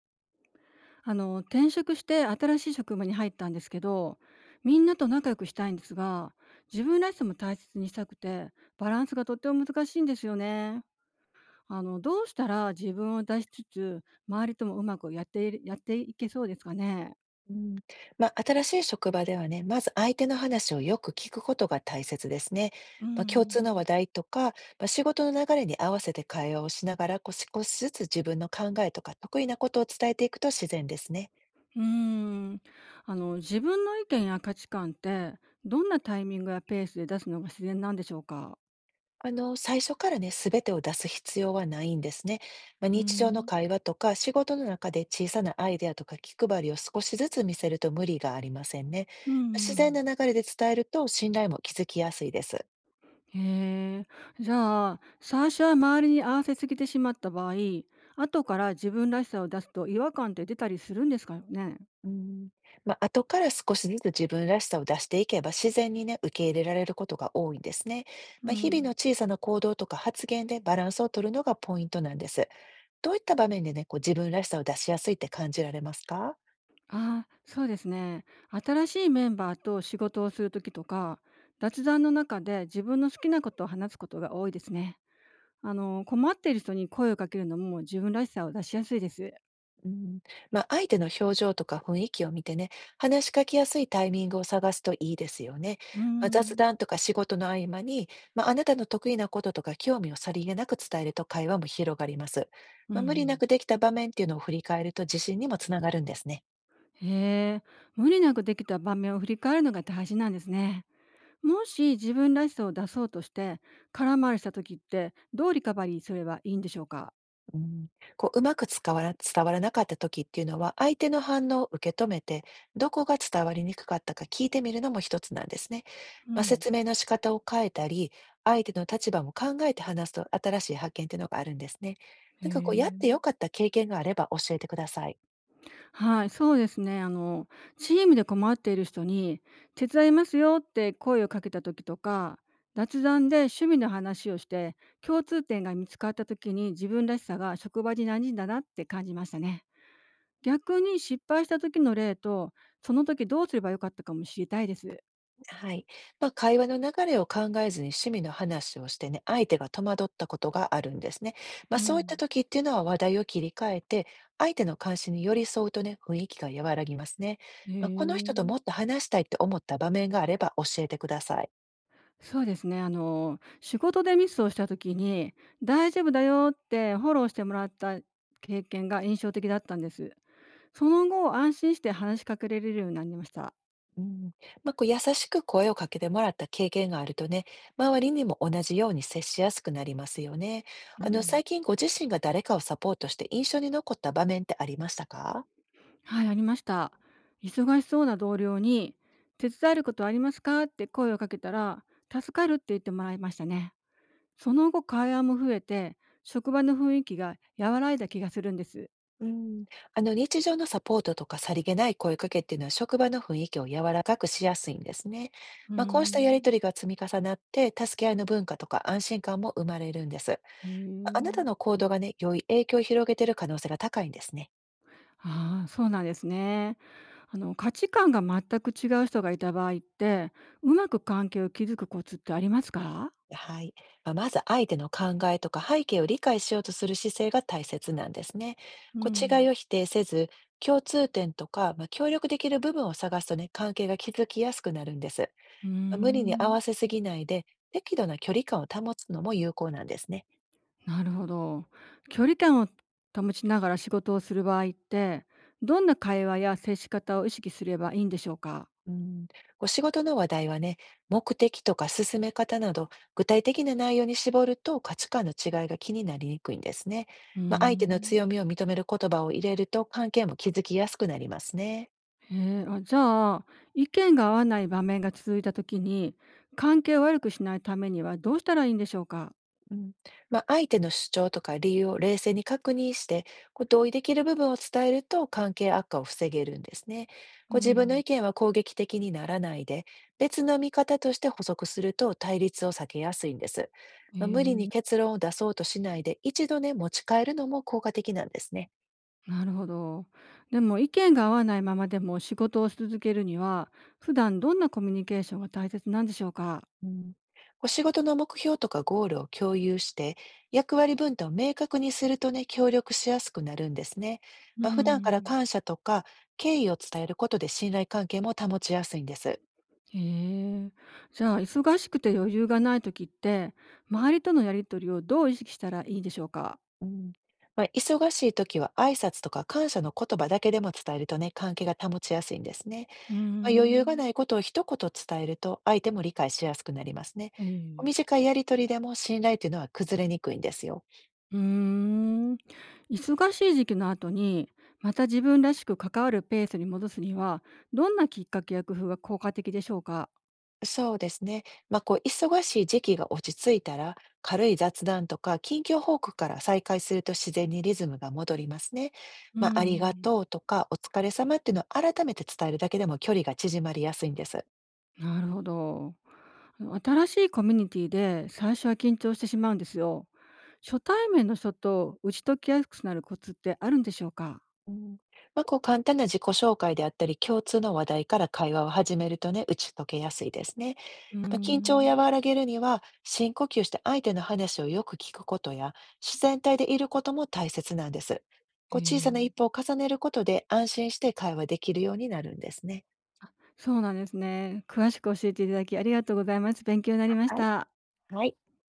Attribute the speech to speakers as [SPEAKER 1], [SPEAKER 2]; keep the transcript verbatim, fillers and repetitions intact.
[SPEAKER 1] あの、転職して新しい職場に入ったんですけど、みんなと仲良くしたいんですが、自分らしさも大切にしたくて、バランスがとっても難しいんですよね。あの、どうしたら自分を出しつつ、周りともうまくやっているやっていけそうですかね。
[SPEAKER 2] うん、まあ、新しい職場ではね、まず相手の話をよく聞くことが大切ですね。
[SPEAKER 1] う
[SPEAKER 2] まあ、共通の話
[SPEAKER 1] ん。
[SPEAKER 2] 題とか、まあ、仕事の流れに合わせて会話をしながら、こう少しずつ自分の考えとか得意なことを伝えていくと自然ですね。
[SPEAKER 1] うーん。あの、自分の意見や価値観って、どんなタイミングやペースで出すのが自然なんでしょうか。
[SPEAKER 2] あの、最初からね、すべてを出す必要はないんですね。まあ、
[SPEAKER 1] う
[SPEAKER 2] 日常の
[SPEAKER 1] ん
[SPEAKER 2] 会話とか、仕事の中で小さなアイデアとか気配りを少しずつ見せると無理がありませんね。
[SPEAKER 1] うんう
[SPEAKER 2] 自然
[SPEAKER 1] ん、
[SPEAKER 2] な流れで伝えると信頼も築きやすいです。
[SPEAKER 1] へえ。じゃあ、最初は周りに合わせすぎてしまった場合、後から自分らしさを出すと違和感って出たりするんですかね？
[SPEAKER 2] うん。まあ、後から少しずつ自分らしさを出していけば、自然にね、受け入れられることが多いんですね。
[SPEAKER 1] う
[SPEAKER 2] まあ、日々の
[SPEAKER 1] ん。
[SPEAKER 2] 小さな行動とか発言でバランスを取るのがポイントなんです。どういった場面でね、こう自分らしさを出しやすいって感じられますか？
[SPEAKER 1] ああ、そうですね。新しいメンバーと仕事をする時とか、雑談の中で自分の好きなことを話すことが多いですね。あの、困っている人に声をかけるのも自分らしさを出しやすいです。
[SPEAKER 2] うん、まあ、相手の表情とか雰囲気を見てね、話しかけやすいタイミングを探すといいですよね。
[SPEAKER 1] う
[SPEAKER 2] まあ、雑
[SPEAKER 1] ん。
[SPEAKER 2] 談とか仕事の合間に、まあ、あなたの得意なこととか興味をさりげなく伝えると会話も広がります。
[SPEAKER 1] うん
[SPEAKER 2] ま
[SPEAKER 1] う
[SPEAKER 2] あ、無理な
[SPEAKER 1] ん。
[SPEAKER 2] くできた場面っていうのを振り返ると自信にもつながるんですね。
[SPEAKER 1] へえ。無理なくできた場面を振り返るのが大事なんですね。もし自分らしさを出そうとして空回りした時ってどうリカバリーすればいいんでしょうか？
[SPEAKER 2] うん、こう、うまく伝わら伝わらなかった時っていうのは、相手の反応を受け止めて、どこが伝わりにくかったか聞いてみるのも一つなんですね。
[SPEAKER 1] う
[SPEAKER 2] まあ、
[SPEAKER 1] ん。
[SPEAKER 2] 説明の仕方を変えたり、相手の立場も考えて話すと新しい発見っていうのがあるんですね。
[SPEAKER 1] へ
[SPEAKER 2] なんかこう、やって
[SPEAKER 1] え。
[SPEAKER 2] よかった経験があれば教えてください。
[SPEAKER 1] はい、そうですね。あのチームで困っている人に「手伝いますよ」って声をかけた時とか、雑談で趣味の話をして共通点が見つかった時に自分らしさが職場に馴染んだなって感じましたね。逆に失敗した時の例と、その時どうすればよかったかも知りたいです。
[SPEAKER 2] はい。まあ、会話の流れを考えずに趣味の話をしてね、相手が戸惑ったことがあるんですね。ま
[SPEAKER 1] う
[SPEAKER 2] あ、そういった
[SPEAKER 1] ん。
[SPEAKER 2] 時っていうのは話題を切り替えて、相手の関心に寄り添うとね、雰囲気が和らぎますね。
[SPEAKER 1] へ
[SPEAKER 2] まあ、この人とも
[SPEAKER 1] え。
[SPEAKER 2] っと話したいって思った場面があれば教えてください。
[SPEAKER 1] そうですね。あの、仕事でミスをした時に「大丈夫だよ」ってフォローしてもらった経験が印象的だったんです。その後、安心して話しかけられるようになりました。
[SPEAKER 2] うん。まあ、こう優しく声をかけてもらった経験があるとね、周りにも同じように接しやすくなりますよね。
[SPEAKER 1] う
[SPEAKER 2] あの、
[SPEAKER 1] ん。
[SPEAKER 2] 最近ご自身が誰かをサポートして印象に残った場面ってありましたか。
[SPEAKER 1] はい、ありました。忙しそうな同僚に「手伝えることありますか？」って声をかけたら「助かる」って言ってもらいましたね。その後、会話も増えて、職場の雰囲気が和らいだ気がするんです。
[SPEAKER 2] うん、あの日常のサポートとかさりげない声かけっていうのは職場の雰囲気を柔らかくしやすいんですね。
[SPEAKER 1] うー
[SPEAKER 2] まあ、こうしたやり
[SPEAKER 1] ん。
[SPEAKER 2] とりが積み重なって助け合いの文化とか安心感も生まれるんです。
[SPEAKER 1] へ
[SPEAKER 2] ああなた
[SPEAKER 1] え。
[SPEAKER 2] の行動がね、良い影響を広げている可能性が高いんですね。
[SPEAKER 1] ああ、そうなんですね。あの価値観が全く違う人がいた場合って、うまく関係を築くコツってありますか？
[SPEAKER 2] はい。まあ、まず相手の考えとか背景を理解しようとする姿勢が大切なんですね。
[SPEAKER 1] う
[SPEAKER 2] こう違
[SPEAKER 1] ん、
[SPEAKER 2] いを否定せず、共通点とか、まあ、協力できる部分を探すとね、関係が築きやすくなるんです。
[SPEAKER 1] うー
[SPEAKER 2] ま無理に合
[SPEAKER 1] ん、
[SPEAKER 2] わせすぎないで、適度な距離感を保つのも有効なんですね。
[SPEAKER 1] なるほど。距離感を保ちながら�仕事をする場合って、どんな会話や接し方を意識すればいいんでしょうか？
[SPEAKER 2] うん、こう仕事の話題はね、目的とか進め方など、具体的な内容に絞ると価値観の違いが気になりにくいんですね。
[SPEAKER 1] うー
[SPEAKER 2] まあ、相手の
[SPEAKER 1] ん。
[SPEAKER 2] 強みを認める言葉を入れると関係も築きやすくなりますね。
[SPEAKER 1] へえ、あ、じゃあ、意見が合わない場面が続いた時に、関係を悪くしないためにはどうしたらいいんでしょうか？
[SPEAKER 2] うん、まあ、相手の主張とか理由を冷静に確認して、こう同意できる部分を伝えると関係悪化を防げるんですね。
[SPEAKER 1] う
[SPEAKER 2] こう自分の
[SPEAKER 1] ん
[SPEAKER 2] 意見は攻撃的にならないで、別の見方として補足すると対立を避けやすいんです。
[SPEAKER 1] へ
[SPEAKER 2] まあ、無理に
[SPEAKER 1] え。
[SPEAKER 2] 結論を出そうとしないで、一度ね、持ち帰るのも効果的なんですね。
[SPEAKER 1] なるほど。でも意見が合わないままでも仕事を続けるには、普段どんなコミュニケーションが大切なんでしょうか？
[SPEAKER 2] うん、お仕事の目標とかゴールを共有して、役割分担を明確にするとね、協力しやすくなるんですね。
[SPEAKER 1] うー
[SPEAKER 2] まあ、普段から
[SPEAKER 1] ん。
[SPEAKER 2] 感謝とか敬意を伝えることで信頼関係も保ちやすいんです。
[SPEAKER 1] へえ。じゃあ忙しくて余裕がない時って、周りとのやり取りをどう意識したらいいでしょうか？
[SPEAKER 2] うん。まあ、忙しい時は挨拶とか感謝の言葉だけでも伝えるとね、関係が保ちやすいんですね。
[SPEAKER 1] うー
[SPEAKER 2] まあ、余裕が
[SPEAKER 1] ん。
[SPEAKER 2] ないことを一言伝えると相手も理解しやすくなりますね。
[SPEAKER 1] え
[SPEAKER 2] お
[SPEAKER 1] え。
[SPEAKER 2] 短いやりとりでも信頼というのは崩れにくいんですよ。
[SPEAKER 1] うーん。忙しい時期の後に、また自分らしく関わるペースに戻すには、どんなきっかけや工夫が効果的でしょうか？
[SPEAKER 2] そうですね。まあ、こう、忙しい時期が落ち着いたら、軽い雑談とか、近況報告から再開すると自然にリズムが戻りますね。
[SPEAKER 1] うー
[SPEAKER 2] まあ、ありが
[SPEAKER 1] ん。
[SPEAKER 2] とうとか、お疲れ様っていうのを改めて伝えるだけでも距離が縮まりやすいんです。
[SPEAKER 1] なるほど。あの新しいコミュニティで最初は緊張してしまうんですよ。初対面の人と打ち解きやすくなるコツってあるんでしょうか。
[SPEAKER 2] うん、まあ、こう、簡単な自己紹介であったり、共通の話題から会話を始めるとね、打ち解けやすいですね。
[SPEAKER 1] うー
[SPEAKER 2] ま、緊張を
[SPEAKER 1] ん、
[SPEAKER 2] 和らげるには、深呼吸して相手の話をよく聞くことや、自然体でいることも大切なんです。
[SPEAKER 1] え
[SPEAKER 2] こう小さな一
[SPEAKER 1] ー
[SPEAKER 2] 歩を重ねることで、安心して会話できるようになるんですね。
[SPEAKER 1] そうなんですね。詳しく教えていただきありがとうございます。勉強になりまし
[SPEAKER 2] はい。
[SPEAKER 1] た。
[SPEAKER 2] はい。